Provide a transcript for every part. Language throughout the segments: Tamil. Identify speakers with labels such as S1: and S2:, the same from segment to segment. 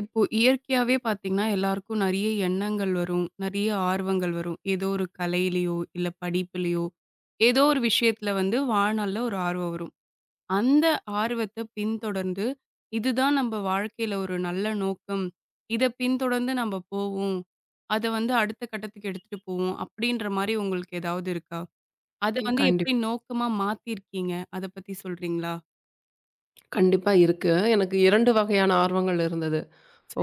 S1: இப்போ இயற்கையாவே பார்த்தீங்கன்னா, எல்லாருக்கும் நெறைய எண்ணங்கள் வரும். நெறைய ஆர்வங்கள் வரும். ஏதோ ஒரு கலையிலயோ, இல்ல படிப்பிலயோ, ஏதோ ஒரு விஷயத்துல வந்து வாழ்நாள்ல ஒரு ஆர்வம் வரும். அந்த ஆர்வத்த பின்தொடர்ந்து, இதுதான் நம்ம வாழ்க்கையில ஒரு நல்ல நோக்கம். இத பின்தொடர்ந்து நம்ம போவோம். அத வந்து அடுத்த கட்டத்துக்கு எடுத்துட்டு போவோம். அப்படின்ற மாரி உங்களுக்கு ஏதாவது இருக்கா? அத
S2: ம்.
S1: வந்து எப்படி நோக்கமா மாத்தியிருக்கீங்க? அத பத்தி சொல்றீங்களா?
S2: கண்டிப்பா இருக்கு. எனக்கு 2 வகையான ஆர்வங்கள் இருந்தது.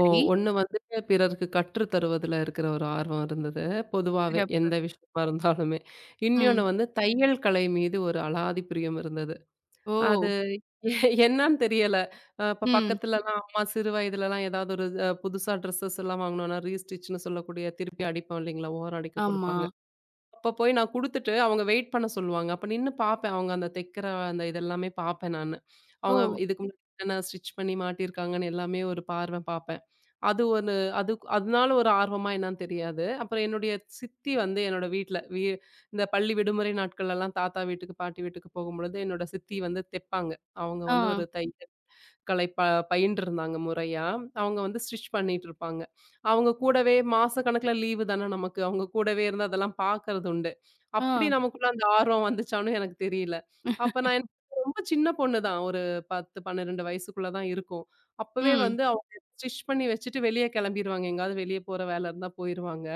S2: ஓ ஒண்ணு வந்துட்டு பிறருக்கு கற்றுத் தருவதுல இருக்கிற ஒரு ஆர்வம் இருந்தது. பொதுவாவே
S1: சிறப்பு.
S2: எந்த விஷயமா இருந்தாலுமே. இன்னொன்னு
S1: ம்.
S2: வந்து தையல் கலை மீது ஒரு அலாதி பிரியம் இருந்தது.
S1: ஓ!
S2: அது என்னன்னு தெரியல. இப்ப
S1: ம்.
S2: பக்கத்துலலாம் அம்மா சிறு வயதுலலாம் ஏதாவது ஒரு புதுசா ட்ரெஸ்ஸஸ் எல்லாம் வாங்கணும்னா ரீஸ்டிச்ன்னு சொல்லக்கூடிய திருப்பி அடிப்போம் இல்லைங்களா? ஓரம் அடிக்க
S1: ஆமா.
S2: கொடுப்பாங்க. அப்ப போய் நான் குடுத்துட்டு, அவங்க வெயிட் பண்ண சொல்லுவாங்க. அப்ப நின்னு பாப்பேன். அவங்க அந்த தைக்கிற அந்த இதெல்லாமே பாப்பேன் நானு.
S1: ஓ!
S2: அவங்க இதுக்கு முன்னாடி என்னென்ன ஸ்டிச் பண்ணி மாட்டியிருக்காங்கன்னு எல்லாமே ஒரு பார்வை பாப்பேன். அது ஒரு அது அதனால ஒரு ஆர்வமா என்னான்னு தெரியாது. அப்புறம் என்னுடைய சித்தி வந்து என்னோட வீட்ல வீ இந்த பள்ளி விடுமுறை நாட்கள்லலாம் தாத்தா வீட்டுக்கு, பாட்டி வீட்டுக்கு போகும்பொழுது, என்னோட சித்தி வந்து தெப்பாங்க. அவங்க
S1: ஆ,
S2: வந்து ஒரு தையல் கலை பயின்றிருந்தாங்க முறையா. அவங்க வந்து ஸ்டிச் பண்ணிட்டுருப்பாங்க. அவங்க கூடவே மாசக்கணக்குல லீவு தானே நமக்கு. அவங்க கூடவே இருந்து அதெல்லாம் பார்க்கறது உண்டு.
S1: ஆ.
S2: அப்படி நமக்குள்ள அந்த ஆர்வம் வந்துச்சான்னு எனக்கு தெரியல. அப்ப நான் என்ன ரொம்ப சின்ன பொண்ணு தான். ஒரு 10, 12 வயசுக்குள்ள தான் இருக்கும். அப்பவே
S1: ம்.
S2: வந்து அவங்க ஸ்டிச் பண்ணி வச்சுட்டு வெளிய கெளம்பிருவாங்க. எங்கயாவது வெளிய போற வேல இருந்தா போயிருவாங்க.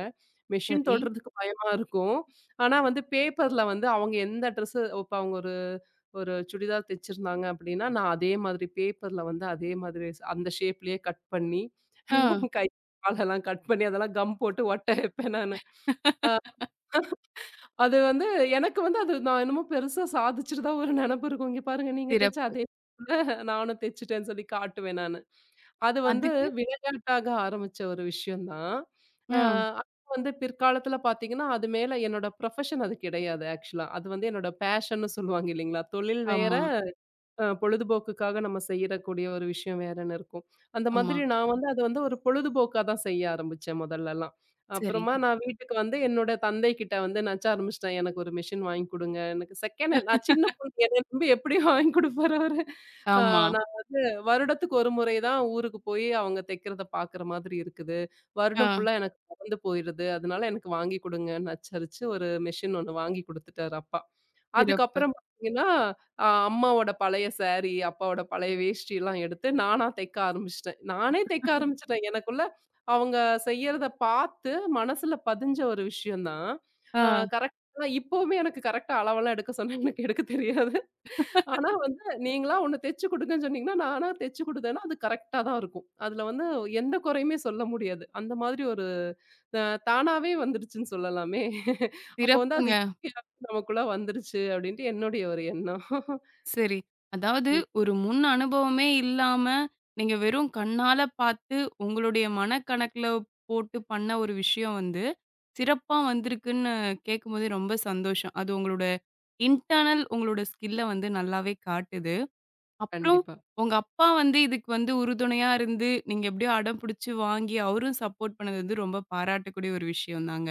S2: மெஷின்
S1: சரி.
S2: தொடுறதுக்கு பயமா இருக்கும். ஆனா வந்து பேப்பர்ல வந்து அவங்க எந்த ட்ரெஸ்ஸு இப்ப அவங்க ஒரு ஒரு சுடிதார் தைச்சிருந்தாங்க அப்படின்னா, நான் அதே மாதிரி பேப்பர்ல வந்து அதே மாதிரி அந்த ஷேப்லயே கட் பண்ணி,
S1: ஆ.
S2: கை, காலெல்லாம் கட் பண்ணி அதெல்லாம் கம் போட்டு ஒட்ட வைப்பேன் நானு. அ அது வந்து எனக்கு வந்து அது நான் என்னமோ பெருசா சாதிச்சுட்டதா ஒரு நெனப்பு இருக்கும். இங்க பாருங்க நீங்க தச்ச
S1: சிறப்பு.
S2: அதே நானும் தச்சுட்டேன்னு சொல்லி காட்டுவேன் நானு. அது வந்து
S1: அதுக்கு
S2: விளையாட்டாக ஆரம்பிச்ச ஒரு விஷயம் தான். அ
S1: ஆ.
S2: அது வந்து பிற்காலத்துல பார்த்தீங்கன்னா, அது மேல என்னோட ப்ரொஃபஷன் அது கிடையாது ஆக்சுவலா. அது வந்து என்னோட பேஷன்னு சொல்லுவாங்க இல்லைங்களா? தொழில் வேற,
S1: ஆமா,
S2: பொழுதுபோக்குக்காக நம்ம செய்யறக்கூடிய ஒரு விஷயம் வேறன்னு இருக்கும். அந்த
S1: ஆமா.
S2: மாதிரி நான் வந்து அத வந்து ஒரு பொழுதுபோக்கா தான் செய்ய ஆரம்பிச்சேன் முதல்லலாம்.
S1: சரி.
S2: அப்புறமா நான் வீட்டுக்கு வந்து என்னோட தந்தை கிட்ட வந்து நச்ச ஆரம்பிச்சுட்டேன். எனக்கு ஒரு மிஷின் வாங்கி குடுங்க. எனக்கு செகண்ட் ஹேண்ட், நான் சின்ன பொண்ணு என்னைய நம்பி எப்படியும் வாங்கி குடுப்பாரு அவரு. அ
S1: ஆமா.
S2: நான் வந்து வருடத்துக்கு ஒரு முறை தான் ஊருக்கு போய் அவங்க தைக்கிறத பார்க்குற மாதிரி இருக்குது. வருடம்
S1: ஆ.
S2: ஃபுல்லா எனக்கு மறந்து போயிருது. அதனால எனக்கு வாங்கி குடுங்கன்னு நச்சரிச்சு ஒரு மிஷின் ஒண்ணு வாங்கி குடுத்துட்டாரு அப்பா.
S1: சிறப்பு.
S2: அதுக்கப்புறம் பார்த்தீங்கன்னா, அம்மாவோட பழைய சாரி, அப்பாவோட பழைய வேஷ்டிலாம் எடுத்து நானா தைக்க ஆரம்பிச்சுட்டேன். நானே தைக்க ஆரம்பிச்சுட்டேன். எனக்குள்ள அவங்க செய்யறத பார்த்து மனசுல பதிஞ்ச ஒரு விஷயம் தான். அ
S1: ஆ.
S2: கரெக்ட்டா இப்பவுமே எனக்கு கரெக்ட்டா அளவெல்லாம் எடுக்க சொன்னா எனக்கு எடுக்க தெரியாது. ஆனா வந்து, நீங்களா ஒண்ணு தெச்சு குடுங்கன்னு சொன்னீங்கன்னா, நானா தெச்சு குடுத்தேன்னா, அது கரெக்ட்டா தான் இருக்கும். அதுல வந்து எந்த குறையுமே சொல்ல முடியாது. அந்த மாதிரி ஒரு அ தானாவே வந்துருச்சுன்னு சொல்லலாமே. அப்போ வந்து அது
S1: சிறப்புங்க.
S2: இயற்கையாவே நமக்குள்ள வந்துருச்சு அப்டின்ட்டு என்னுடைய ஒரு எண்ணம்.
S1: சரி. அதாவது
S2: ம்.
S1: ஒரு முன் அனுபவமே இல்லாம, நீங்க வெறும் கண்ணால பார்த்து, உங்களுடைய மனக்கணக்குல போட்டு பண்ண ஒரு விஷயம் வந்து, சிறப்பா வந்திருக்குன்னு கேட்கும்போதே ரொம்ப சந்தோஷம். அது உங்களோட இன்டர்னல் உங்களோட ஸ்கில்ல வந்து நல்லாவே காட்டுது. அப்புறம்
S2: கண்டிப்பா.
S1: உங்க அப்பா வந்து இதுக்கு வந்து உறுதுணையா இருந்து, நீங்க எப்படியோ அடம் புடிச்சு வாங்கி அவரும் சப்போர்ட் பண்ணது வந்து ரொம்ப பாராட்டக்கூடிய ஒரு விஷயம் தாங்க.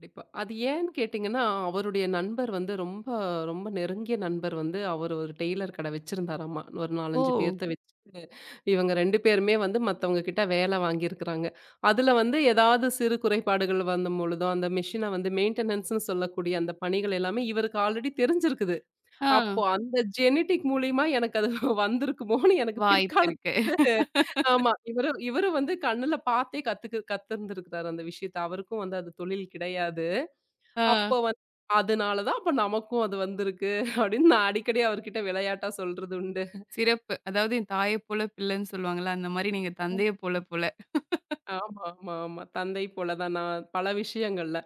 S2: கண்டிப்பா. அது ஏன்னு கேட்டீங்கன்னா, அவருடைய நண்பர் வந்து ரொம்ப ரொம்ப நெருங்கிய நண்பர் வந்து அவர் ஒரு டெய்லர் கடை வச்சிருந்தாராமா. ஒரு 4,
S1: ஓ!
S2: 5 பேர்த்த வச்சுட்டு இவங்க 2 பேருமே வந்து மத்தவங்க கிட்ட வேலை வாங்கியிருக்கிறாங்க. அதுல வந்து ஏதாவது சிறு குறைபாடுகள் வந்தம்பொழுதோ, அந்த மெஷின வந்து மெயின்டெனன்ஸ்ன்னு சொல்லக்கூடிய அந்த பணிகள் எல்லாமே இவருக்கு ஆல்ரெடி தெரிஞ்சிருக்குது.
S1: ஆ
S2: அப்போ அந்த ஜெனடிக் மூலியமா எனக்கு அது வந்திருக்குமோன்னு எனக்கு
S1: வாய்ப்பு
S2: பிற்காலத்துல
S1: இருக்கு.
S2: வந்து. ஆமா. இவரு இவரு வந்து கண்ணுல பார்த்தே கத்துக்கு கத்திருந்திருக்கிறாரு அந்த விஷயத்த. அவருக்கும் வந்து அது தொழில் கிடையாது.
S1: ஆ
S2: அப்ப வந்து அதனால தான் அப்ப நமக்கும் அது வந்திருக்கு அப்படின்னு நான் அடிக்கடி அவர்கிட்ட விளையாட்டா சொல்றது உண்டு.
S1: சிறப்பு. அதாவது என் தாயைப் போல பிள்ளைன்னு சொல்லுவாங்கல்ல, அந்த மாரி நீங்க தந்தையைப் போல போல.
S2: ஆமா, ஆமா, ஆமா. தந்தை போல தான் நான் பல விஷயங்கள்ல.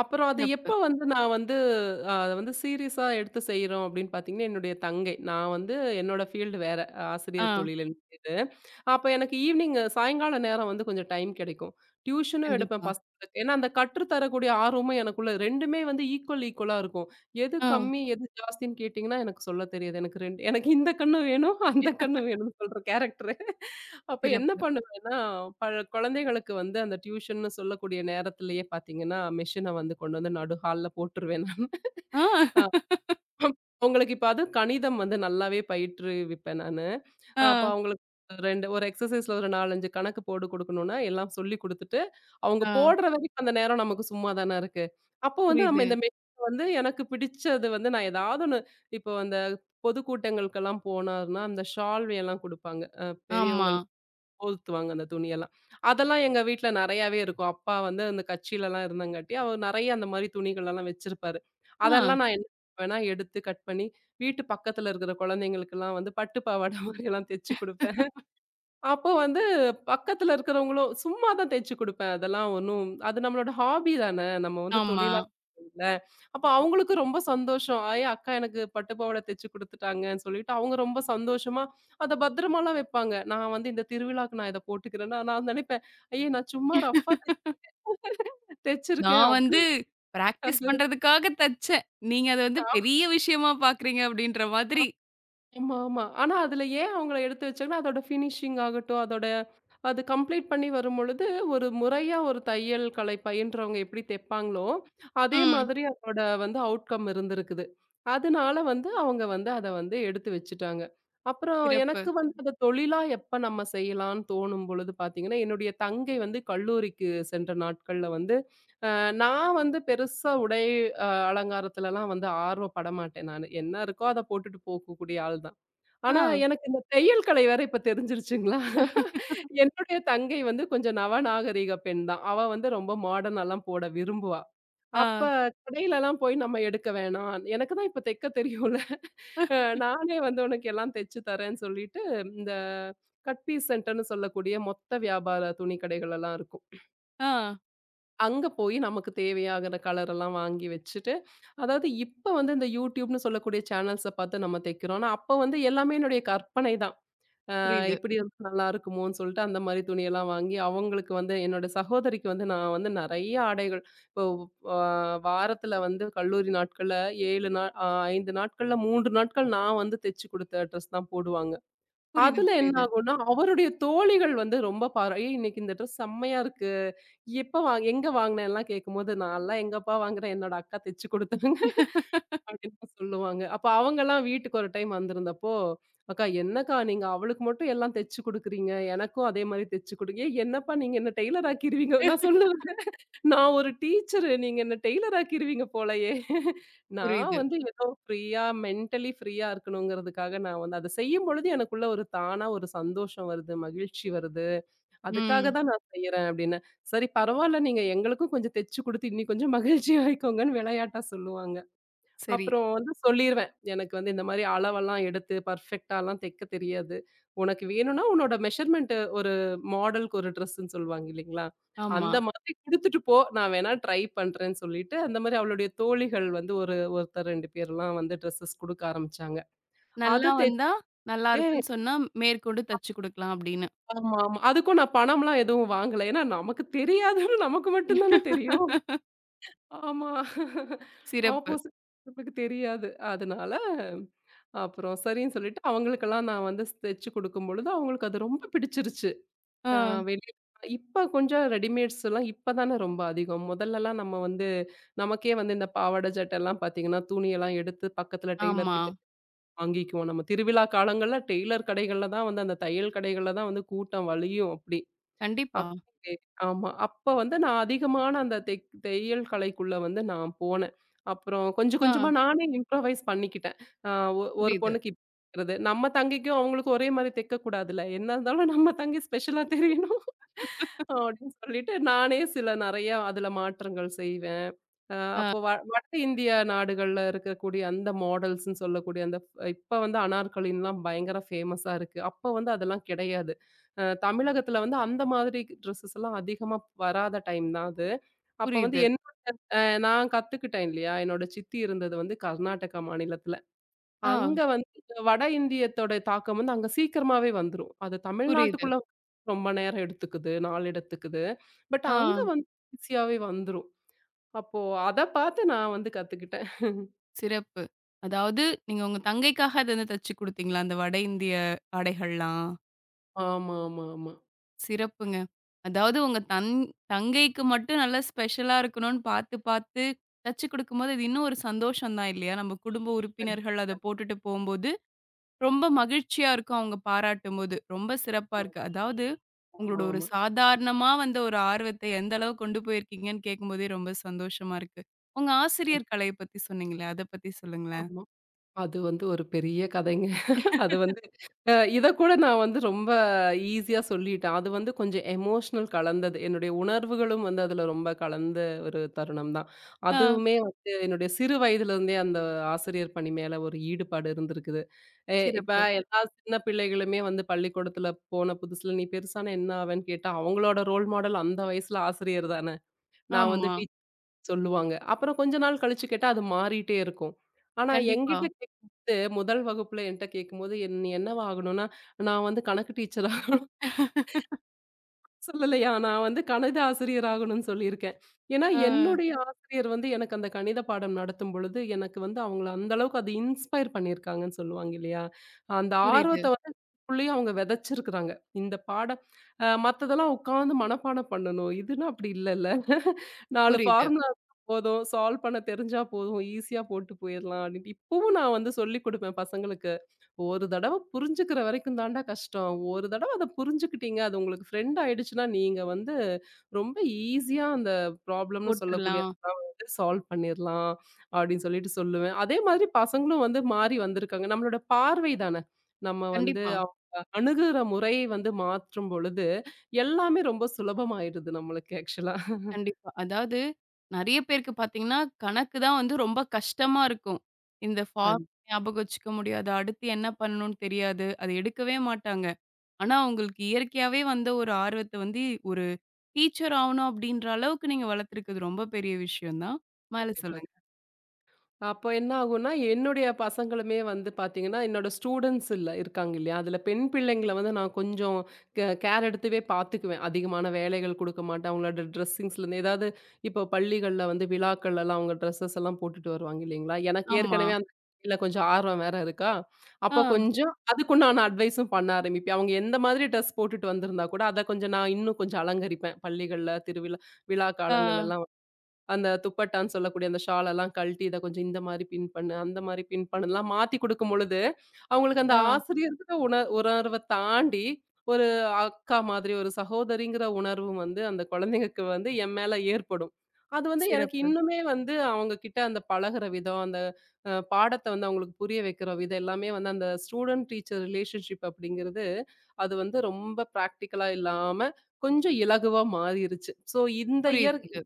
S2: அப்புறம் அது
S1: சிறப்பு.
S2: எப்ப வந்து நான் வந்து அ வந்து சீரியஸா எடுத்து செய்றோம் அப்படின்னு பார்த்தீங்கன்னா, என்னுடைய தங்கை. நான் வந்து என்னோட ஃபீல்டு வேற. ஆசிரியர்
S1: ஆ
S2: தொழிலுன்னு இது. அப்ப எனக்கு ஈவ்னிங் சாயங்கால நேரம் வந்து கொஞ்சம் டைம் கிடைக்கும். டியூஷனும் எடுப்பேன்
S1: கண்டிப்பா.
S2: பசங்களுக்கு. ஏன்னா, அந்த கற்று தரக்கூடிய ஆர்வமும் எனக்குள்ள 2மே வந்து ஈக்குவல் ஈக்குவலா இருக்கும். எது
S1: ஆ
S2: கம்மி, எது ஜாஸ்தின்னு கேட்டீங்கன்னா, எனக்கு சொல்ல தெரியாது. எனக்கு 2 எனக்கு இந்த கண்ணும் வேணும், அந்த கண்ணும் வேணும்னு சொல்ற கேரக்டரு. அப்ப என்ன
S1: சிறப்பு.
S2: பண்ணுவேன்னா, பல குழந்தைகளுக்கு வந்து அந்த டியூஷன்னு சொல்லக்கூடிய நேரத்திலேயே பார்த்தீங்கன்னா, மெஷின வந்து கொண்டு வந்து நடு ஹால்ல போட்டுருவேன் நானு.
S1: ஆ
S2: அ அவங்களுக்கு இப்ப அதுவும் கணிதம் வந்து நல்லாவே பயிற்றுவிப்பேன் நானு. அப்ப
S1: ஆ
S2: அவங்களுக்கு 2 ஒரு எக்ஸர்சைஸ்ல ஒரு 4, 5 கணக்கு போடு குடுக்கணும்னா, எல்லாம் சொல்லிக் குடுத்துட்டு, அவங்க
S1: ஆ
S2: போடுற வரைக்கும் அந்த நேரம் நமக்கு சும்மா தானே இருக்கு. அப்போ வந்து நம்ம
S1: புரியுது.
S2: இந்த மெஷின வந்து எனக்கு பிடிச்சது வந்து நான் ஏதாவது ஒண்ணு. இப்போ அந்த பொதுக்கூட்டங்களுக்கெல்லாம் போனாருன்னா, அந்த ஷால்வையெல்லாம் குடுப்பாங்க. பெரியவங்க
S1: ஆமா.
S2: போர்த்துவாங்க அந்த துணியெல்லாம். அதெல்லாம் எங்க வீட்ல நெறையாவே இருக்கும். அப்பா வந்து அந்த கட்சிலலாம் இருந்தங்காட்டி, அவர் நெறைய அந்த மாரி துணிகள்லாம் வச்சிருப்பாரு.
S1: ஆ
S2: அதெல்லாம் நான் என்ன பண்ணுவேன்னா, எடுத்து கட் பண்ணி, வீட்டு பக்கத்துல இருக்கிற குழந்தைங்களுக்கெல்லாம் வந்து பட்டு பாவாடை மாரியெல்லாம் தச்சு குடுப்பேன். அப்போ வந்து பக்கத்துல இருக்கிறவங்களும் சும்மா தான் தைச்சு குடுப்பேன். அதெல்லாம் ஒண்ணும் அது நம்மளோட ஹாபி தானே. நம்ம வந்து
S1: ஆமா.
S2: தொழிலா இல்ல. அப்ப அவங்களுக்கு ரொம்ப சந்தோஷம். "ஐ அக்கா எனக்கு பட்டு பாவாட தைச்சு குடுத்துட்டாங்கன்னு" சொல்லிட்டு அவங்க ரொம்ப சந்தோஷமா அத பத்திரமாலாம் வைப்பாங்க. நான் வந்து இந்த திருவிழாக்கு நான் இத போட்டுக்கிறேன்னா, நான் நெனைப்பேன், "ஐய நான் சும்மா ரஃப்பா தைச்சிருக்கேன்."
S1: நான்
S2: அப்படி
S1: வந்து பிராக்டிஸ்
S2: அது,
S1: பண்றதுக்காக தச்சேன். நீங்க அத வந்து பெரிய விஷயமா பார்க்குறீங்க அப்படின்ற மாதிரி.
S2: ஆமா, ஆமா. ஆனா அதுல ஏன் அவங்கள எடுத்து வச்சாங்கன்னா, அதோட ஃபினிஷிங் ஆகட்டும், அதோட அது கம்ப்ளீட் பண்ணி வரும்பொழுது, ஒரு முறையா ஒரு தையல் கலை பயின்றவங்க எப்படி தைப்பாங்களோ, அதே
S1: ம்.
S2: மாதிரி அதோட வந்து அவுட்கம் இருந்திருக்குது. அதனால வந்து அவங்க வந்து அத வந்து எடுத்து வச்சுட்டாங்க. அப்புறம்
S1: சிறப்பு.
S2: எனக்கு வந்து ம். அத தொழிலா எப்ப நம்ம செய்யலான்னு தோணும் பொழுது பார்த்தீங்கன்னா, என்னுடைய தங்கை வந்து கல்லூரிக்கு சென்ற நாட்கள்ல வந்து, அ நான் வந்து பெருசா உடை அ அலங்காரத்துலலாம் வந்து ஆர்வப்பட மாட்டேன் நானு. என்ன இருக்கோ அத போட்டுட்டு போகக்கூடிய ஆள் தான்.
S1: ஆ,
S2: ஆனா, எனக்கு இந்த தையல் கலை வேற இப்ப தெரிஞ்சிருச்சுங்களா? என்னுடைய தங்கை வந்து கொஞ்சம் நவநாகரீக பெண் தான். அவ வந்து ரொம்ப மாடர்னாலாம் போட விரும்புவா. அப்ப
S1: ஆ,
S2: கடையிலலாம் போய் நம்ம எடுக்க வேணாம். எனக்கு தான் இப்ப தைக்க தெரியும்ல. அ நானே வந்து உனக்கு எல்லாம் தச்சு தரேன்னு சொல்லிட்டு, இந்த கட் பீஸ் சென்டர்ன்னு சொல்லக்கூடிய மொத்த வியாபார துணி கடைகளெல்லாம் இருக்கும்.
S1: ஆ
S2: அங்க போய் நமக்கு தேவையாகிற கலர் எல்லாம் வாங்கி வச்சுட்டு, அதாவது இப்ப வந்து இந்த YouTubeன்னு சொல்லக்கூடிய சேனல்ஸ பார்த்து நம்ம தைக்கிறோம். ஆனா, அப்ப வந்து எல்லாமே என்னுடைய கற்பனை தான்.
S1: புரியுது,
S2: இப்படி இருந்தா நல்லா இருக்குமோன்னு சொல்லிட்டு அந்த மாரி துணியெல்லாம் வாங்கி, அவங்களுக்கு வந்து என்னோட சகோதரிக்கு வந்து நான் வந்து நெறைய ஆடைகள். இப்போ அ வாரத்துல வந்து கல்லூரி நாட்கள்ல 7 நாள் அ 5 நாட்கள்ல 3 நாட்கள் நான் வந்து தச்சு குடுத்த ட்ரெஸ் தான் போடுவாங்க.
S1: புரியுது,
S2: அதுல என்ன
S1: புரியுது.
S2: ஆகும்னா, அவருடைய தோழிகள் வந்து ரொம்ப பாரா, "ஏய், இன்னைக்கு இந்த ட்ரெஸ் செம்மையா இருக்கு. எப்ப வாங் எங்க வாங்குனேன்லாம்?" கேட்கும்போது, "நான்லாம் எங்கப்பா வாங்குறேன். என்னோட அக்கா தச்சு குடுத்தாங்க." அப்படின்னு சொல்லுவாங்க. அப்ப அவங்கலாம் வீட்டுக்கு ஒரு டைம் வந்திருந்தப்போ, "அக்கா என்னக்கா நீங்க அவளுக்கு மட்டும் எல்லாம் தச்சு குடுக்குறீங்க. எனக்கும் அதே மாரி தச்சு குடுங்க. ஏய் என்னப்பா நீங்க என்ன டெய்லர் ஆக்கிருவீங்க." நான் சொல்லுவேன், "நான் ஒரு டீச்சரு. நீங்க என்ன டெய்லர் ஆக்கிருவீங்க போலயே." நான்
S1: புரியுது.
S2: வந்து ஏதோ ஃப்ரீயா மென்டலி ஃப்ரீயா இருக்கணுங்கிறதுக்காக நான் வந்து அத செய்யும்பொழுது எனக்குள்ள ஒரு தானா ஒரு சந்தோஷம் வருது, மகிழ்ச்சி வருது. அதுக்காக
S1: ம்.
S2: தான் நான் செய்றேன் அப்படின்னு. "சரி பரவால்ல. நீங்க எங்களுக்கும் கொஞ்சம் தச்சு குடுத்து இன்னி கொஞ்சம் மகிழ்ச்சியா ஆயிக்கோங்கன்னு" விளையாட்டா சொல்லுவாங்க.
S1: சரி.
S2: அப்புறம் வந்து சொல்லிருவேன். எனக்கு வந்து இந்த மாரி அளவெல்லாம் எடுத்து பர்ஃபெக்ட்டாலாம் தைக்க தெரியாது. உனக்கு வேணும்னா உன்னோட மெஷர்மென்ட் ஒரு மாடலுக்கு ஒரு ட்ரெஸ்ன்னு சொல்லுவாங்க இல்லைங்களா?
S1: ஆமா.
S2: அந்த மாதிரி குடுத்துட்டு போ. நான் வேணா ட்ரை பண்றேன்னு சொல்லிட்டு, அந்த மாரி அவளுடைய தோழிகள் வந்து ஒரு ஒருத்தர் 2 பேர்லாம் வந்து ட்ரெஸ்ஸஸ் குடுக்க ஆரம்பிச்சாங்க.
S1: நல்லா
S2: அத
S1: வந்தா நல்லா
S2: தைச்சேன்.
S1: இருக்குன்னு சொன்னா, மேற்கொண்டு தச்சு குடுக்கலாம் அப்படின்னு.
S2: ஆமா, ஆமா. அதுக்கும் நான் பணம்லாம் எதுவும் வாங்கல. ஏன்னா நமக்கு தெரியாதுன்னு நமக்கு மட்டும் தானே தெரியும். ஆமா.
S1: சிறப்பு.
S2: ஆப்போசிட் நமக்கு தெரியாது. அதனால அப்புறம் சரின்னு சொல்லிட்டு அவங்களுக்கெல்லாம் நான் வந்து தைச்சு குடுக்கும்பொழுது, அவங்களுக்கு அது ரொம்ப பிடிச்சிருச்சு.
S1: ஆ,
S2: அ வெளிய இப்ப கொஞ்சம் ரெடிமேட்ஸ்லாம் இப்ப தானே ரொம்ப அதிகம். முதல்லலாம் நம்ம வந்து நமக்கே வந்து இந்த பாவாடை சட்டைலாம் பார்த்தீங்கன்னா, துணியெல்லாம் எடுத்து பக்கத்துல டெய்லர்
S1: ஆமா.
S2: கிட்ட வாங்கிக்குவோம். நம்ம திருவிழா காலங்கள்ல டெய்லர் கடைகள்ல தான் வந்து அந்த தையல் கடைகள்ல தான் வந்து கூட்டம் வழியும் அப்படி.
S1: கண்டிப்பா.
S2: அப் ஆமா. அப்ப வந்து நான் அதிகமான அந்த தையல் கலைக்குள்ள வந்து நான் போனேன். அப்புறம் கொஞ்சம்
S1: ஆ,
S2: கொஞ்சமா நானே இம்ப்ரூவைஸ் பண்ணிக்கிட்டேன். அ ஒ ஒரு
S1: புரியுது.
S2: பொண்ணுக்கு இப் றது. நம்ம தங்கைக்கும் அவங்களுக்கும் ஒரே மாரி தைக்கக்கூடாதுல்ல. என்ன இருந்தாலும் நம்ம தங்கி ஸ்பெஷலா தெரியணும். அப்படின்னு சொல்லிட்டு நானே சில நெறைய அதுல மாற்றங்கள் செய்வேன். அ அப்போ வட இந்திய நாடுகள்ல இருக்கக்கூடிய அந்த மாடல்ஸ்ன்னு சொல்லக்கூடிய அந்த இப்ப வந்து அனார்கலின்லாம் பயங்கர ஃபேமஸா இருக்கு. அப்ப வந்து அதெல்லாம் கிடையாது. தமிழகத்துல வந்து அந்த மாதிரி ட்ரெஸ்ஸஸ்லாம் அதிகமா வராத டைம் தான் அது. அப்ப வந்து
S1: புரியுது.
S2: என்னோட அ நான் கத்துக்கிட்டேன் இல்லையா? என்னோட சித்தி இருந்தது வந்து கர்நாடகா மாநிலத்துல.
S1: ஆ,
S2: அங்க வந்து வட இந்தியத்தோட தாக்கம் வந்து அங்க சீக்கிரமாவே வந்துரும். அது
S1: புரியுது.
S2: தமிழ்நாட்டுக்குள்ள ரொம்ப நேரம் எடுத்துக்குது, நாள் எடுத்துக்குது. பட்
S1: ஆ.
S2: அங்க வந்து ஈஸியாவே வந்துரும். அப்போ அத பார்த்து நான் வந்து கத்துக்கிட்டேன்.
S1: சிறப்பு. அதாவது நீங்க உங்க தங்கைக்காக அத வந்து தச்சு குடுத்தீங்களா? அந்த வட இந்திய ஆடைகள்லாம்.
S2: ஆமா, ஆமா, ஆமா.
S1: சிறப்புங்க. அதாவது உங்க தங்கைக்கு மட்டும் நல்லா ஸ்பெஷலா இருக்கணும்னு பார்த்து தச்சு குடுக்கும்போது, அது இன்னும் ஒரு சந்தோஷம் தான் இல்லையா? நம்ம குடும்ப
S2: கண்டிப்பா.
S1: உறுப்பினர்கள் அத போட்டுட்டு போம்போது, ரொம்ப மகிழ்ச்சியா இருக்கும் அவங்க பாராட்டும்போது. ரொம்ப சிறப்பா இருக்கு. அதாவது
S2: ஆமா,
S1: உங்களோட ஒரு
S2: ஆமா,
S1: சாதாரணமா வந்த ஒரு ஆர்வத்த எந்த அளவு கொண்டு போயிருக்கீங்கன்னு கேட்கும்போதே ரொம்ப சந்தோஷமா இருக்கு. உங்க ஆசிரியர் கலைய பத்தி சொன்னீங்களே, அத பத்தி சொல்லுங்களேன்?
S2: ஆமா. அது வந்து ஒரு பெரிய கதைங்க. அது வந்து இத கூட நான் வந்து ரொம்ப ஈஸியா சொல்லிட்டேன். அது வந்து கொஞ்சம் எமோஷனல் கலந்தது. என்னுடைய உணர்வுகளும் வந்து அதுல ரொம்ப கலந்த ஒரு தருணம் தான்.
S1: ஆ,
S2: அதுவுமே வந்து என்னுடைய சிறு வயதிலிருந்தே அந்த ஆசிரியர் பணி மேல ஒரு ஈடுபாடு இருந்திருக்குது. இப்ப
S1: சிறப்பு.
S2: எல்லா சின்ன பிள்ளைகளுமே வந்து பள்ளிக்கூடத்துல போன புதுசுல, "நீ பெருசானா என்ன ஆவேன்னு?" கேட்டா, அவங்களோட ரோல் மாடல் அந்த வயசுல ஆசிரியர் தான. நான் வந்து
S1: ஆமா.
S2: டீச்சர் சொல்லுவாங்க. அப்புறம் கொஞ்ச நாள் கழிச்சு கேட்டா, அது மாறிட்டே இருக்கும். ஆனா
S1: கண்டிப்பா.
S2: என்கிட்ட கேட்கும்போது, முதல் வகுப்புல என்ட்ட கேட்கும்போது, "நீ என்னவா ஆகணும்னா, நான் வந்து கணக்கு டீச்சரா சொல்லலையா, நான் வந்து கணித ஆசிரியர் ஆகணும்னு சொல்லியிருக்கேன். ஏன்னா,
S1: ஆ
S2: என்னுடைய ஆசிரியர் வந்து எனக்கு அந்த கணித பாடம் நடத்தும் பொழுது, எனக்கு வந்து அவங்கள அந்த அளவுக்கு அது இன்ஸ்பயர் பண்ணியிருக்காங்கன்னு சொல்லுவாங்க இல்லையா? அந்த
S1: புரியுது,
S2: ஆர்வத்த வந்து உள்ளயும் அவங்க விதைச்சிருக்கிறாங்க. இந்த பாடம் மத்ததெல்லாம் உட்காந்து மனப்பாடம் பண்ணணும். இதுன்னா அப்படி இல்லல்ல. 4
S1: புரியுது.
S2: ஃபார்முலா போதும், சால்வ் பண்ண தெரிஞ்சா போதும், ஈஸியா போட்டு போயிரலாம் அப்படின்ட்டு இப்பவும் நான் வந்து சொல்லிக் குடுப்பேன் பசங்களுக்கு. ஒரு தடவ புரிஞ்சுக்கிற வரைக்கும் தான்டா கஷ்டம். ஒரு தடவ அத புரிஞ்சுக்கிட்டீங்க, அது உங்களுக்கு ஃப்ரெண்ட் ஆயிடுச்சுன்னா, நீங்க வந்து ரொம்ப ஈஸியா அந்த ப்ராப்ளம்னு சொல்லக்கூடிய
S1: போட்டுறலாம்.
S2: வந்து சால்வ் பண்ணிர்லாம் அப்படின்னு சொல்லிட்டு சொல்லுவேன். அதே மாதிரி பசங்களும் வந்து மாறி வந்திருக்காங்க. நம்மளோட பார்வை தானே. நம்ம வந்து
S1: கண்டிப்பா,
S2: அவங்க அணுகுற முறை வந்து மாற்றும் பொழுது, எல்லாமே ரொம்ப சுலபமாயிடுது நம்மளுக்கு ஆக்சுவலா.
S1: கண்டிப்பா. அதாவது நெறைய பேருக்கு பார்த்தீங்கன்னா, கணக்கு தான் வந்து ரொம்ப கஷ்டமா இருக்கும். இந்த ஃபார்ம்
S2: கண்டிப்பா,
S1: ஞாபகம் வச்சுக்க முடியாது. அடுத்து என்ன பண்ணணும்னு தெரியாது. அது எடுக்கவே மாட்டாங்க. ஆனா, உங்களுக்கு இயற்கையாவே வந்த ஒரு ஆர்வத்த வந்து ஒரு டீச்சர் ஆவணும் அப்படின்ற அளவுக்கு நீங்க வளர்த்துருக்கிறது ரொம்ப பெரிய விஷயம் தான். மேல
S2: கண்டிப்பா.
S1: சொல்லுங்க.
S2: அப்ப என்ன ஆகும்னா, என்னுடைய பசங்களுமே வந்து பார்த்தீங்கன்னா, என்னோட ஸ்டூடண்ட்ஸ் இல்ல இருக்காங்க இல்லையா? அதில பெண் பிள்ளைங்கள வந்து நான் கொஞ்சம் கேர் எடுத்துவே பார்த்துக்குவேன். அதிகமான வேலைகள் குடுக்க மாட்டேன். அவங்களோட ட்ரெஸ்ஸிங்ஸ்லேருந்து ஏதாவது இப்போ பள்ளிகள்ல வந்து விழாக்கள்லலாம் அவங்க ட்ரெஸ்ஸஸ் எல்லாம் போட்டுட்டு வருவாங்க இல்லைங்களா? எனக்கு
S1: ஆமா.
S2: ஏற்கனவே அந்த இதுல கொஞ்சம் ஆர்வம் வேற இருக்கா,
S1: ஆ,
S2: அப்ப கொஞ்சம் அதுக்குண்டான அட்வைஸும் பண்ண ஆரம்பிப்பேன். அவங்க எந்த மாதிரி ட்ரெஸ் போட்டுட்டு வந்திருந்தா கூட, அத கொஞ்சம் நான் இன்னும் கொஞ்சம் அலங்கரிப்பேன். பள்ளிகள்ல, திருவிழா விழா
S1: ஆ,
S2: காலங்கள்லலாம் அந்த துப்பட்டான்னு சொல்லக்கூடிய அந்த ஷால் எல்லாம் கழட்டி, இத கொஞ்சம் இந்த மாரி பின் பண்ணு, அந்த மாரி பின் பண்ணுலாம் மாத்தி குடுக்கும் பொழுது, அவங்களுக்கு அந்த
S1: ஆ.
S2: ஆசிரியர்ங்கிற உணர்வ தாண்டி, ஒரு அக்கா மாதிரி, ஒரு சகோதரிங்கிற உணர்வும் வந்து அந்த குழந்தைங்களுக்கு வந்து என் மேல ஏற்படும். அது வந்து எனக்கு
S1: சிறப்பு.
S2: இன்னுமே வந்து அவங்க கிட்ட அந்த பழகுற விதம், அந்த பாடத்த வந்து அவங்களுக்கு புரிய வைக்கிற விதம் எல்லாமே வந்து அந்த ஸ்டூடண்ட் டீச்சர் ரிலேஷன்ஷிப் அப்படிங்கிறது, அது வந்து ரொம்ப பிராக்டிகலா இல்லாம, கொஞ்சம் இலகுவா மாறிருச்சு. ஸோ இந்த
S1: புரியுது.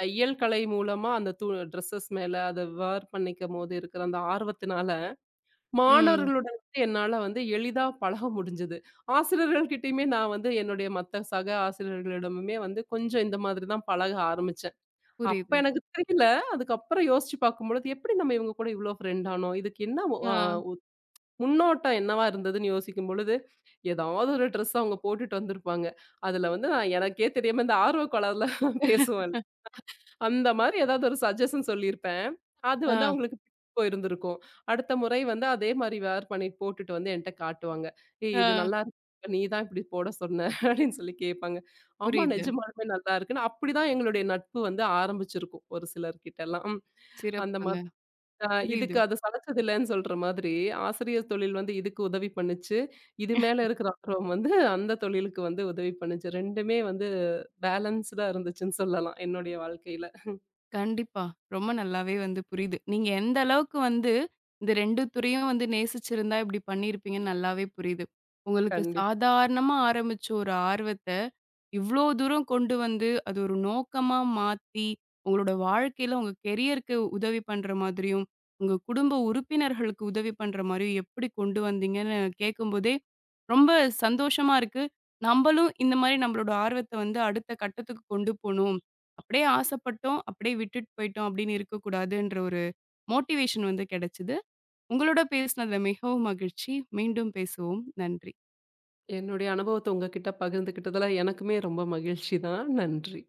S2: தையல் கலை மூலமா அந்த ட்ரெஸ்ஸஸ் மேல அத வேர் பண்ணிக்கும்போது இருக்கிற அந்த ஆர்வத்தினால,
S1: ம்.
S2: மாணவர்களுடன் வந்து என்னால வந்து எளிதா பழக முடிஞ்சது. ஆசிரியர்கள்கிட்டயுமே நான் வந்து என்னுடைய மத்த சக ஆசிரியர்களிடமுமே வந்து கொஞ்சம் இந்த மாதிரி தான் பழக ஆரம்பிச்சேன். அப்ப
S1: புரியுது.
S2: எனக்கு தெரியல. அதுக்கப்புறம் யோசிச்சு பார்க்கும்பொழுது, எப்படி நம்ம இவங்க கூட இவ்ளோ ஃப்ரெண்ட் ஆனோம்? இதுக்கு என்ன ஒ
S1: ஆ.
S2: அ ஒ முன்னோட்டம் என்னவா இருந்ததுன்னு யோசிக்கும் பொழுது, ஏதாவது ஒரு ட்ரெஸ் அவங்க போட்டுட்டு வந்திருப்பாங்க. அதுல வந்து நான் எனக்கே தெரியாம இந்த ஆர்வ கோளாறுல
S1: ஆ.
S2: பேசுவேன்ல. அந்த மாரி ஏதாவது ஒரு சஜஷன் சொல்லியிருப்பேன். அது வந்து அவங்களுக்கு பிடிச்சு போயிருந்திருக்கும். அடுத்த முறை வந்து அதே மாரி வேர் பண்ணி போட்டுட்டு வந்து என்ட்ட காட்டுவாங்க. "ஏய்
S1: ஆ
S2: இது நல்லாருக்கு. நீ தான் இப்படி போட சொன்ன" அப்படின்னு சொல்லி கேட்பாங்க. ஆமா
S1: புரியுது.
S2: நிஜமாலுமே நல்லா இருக்குன்னு அப்படிதான் எங்களுடைய நட்பு வந்து ஆரம்பிச்சிருக்கும் ஒரு சிலர்கிட்டலாம். ம். அந்த
S1: சிறப்புங்க.
S2: மாதிரி அ
S1: புரியுது.
S2: இதுக்கு அது சளைச்சதில்லன்னு சொல்ற மாதிரி ஆசிரியர் தொழில் வந்து இதுக்கு உதவி பண்ணுச்சு. இது மேல இருக்கிற ஆர்வம் வந்து அந்த தொழிலுக்கு வந்து உதவி பண்ணுச்சு. 2மே வந்து பேலன்ஸ்டா இருந்துச்சுன்னு சொல்லலாம் என்னுடைய வாழ்க்கையில.
S1: கண்டிப்பா. ரொம்ப நல்லாவே வந்து புரியுது. நீங்க எந்த அளவுக்கு வந்து இந்த 2 துறையும் வந்து நேசிச்சிருந்தா, இப்படி பண்ணியிருப்பீங்கன்னு நல்லாவே புரியுது. உங்களுக்கு
S2: கண்டிப்
S1: சாதாரணமா ஆரம்பிச்ச ஒரு ஆர்வத்த, இவ்ளோ தூரம் கொண்டு வந்து, அது ஒரு நோக்கமா மாத்தி, உங்களோட வாழ்க்கையில உங்க கெரியருக்கு உதவி பண்ற மாதிரியும், உங்க குடும்ப உறுப்பினர்களுக்கு உதவி பண்ற மாரியும் எப்படி கொண்டு வந்தீங்கன்னு கேட்கும்போதே, ரொம்ப சந்தோஷமா இருக்கு. நம்பளும் இந்த மாரி நம்மளோட ஆர்வத்த வந்து அடுத்த கட்டத்துக்கு கொண்டு போணும். அப்படியே ஆசைப்பட்டோம், அப்படியே விட்டுட்டு போயிட்டோம் அப்படின்னு இருக்கக்கூடாதுன்ற ஒரு மோட்டிவேஷன் வந்து கிடைச்சது. உங்களோட பேசினதுல மிகவும் மகிழ்ச்சி. மீண்டும் பேசுவோம். நன்றி.
S2: என்னுடைய அனுபவத்த உங்ககிட்ட பகிர்ந்துக்கிட்டதுல எனக்குமே ரொம்ப மகிழ்ச்சி தான். நன்றி.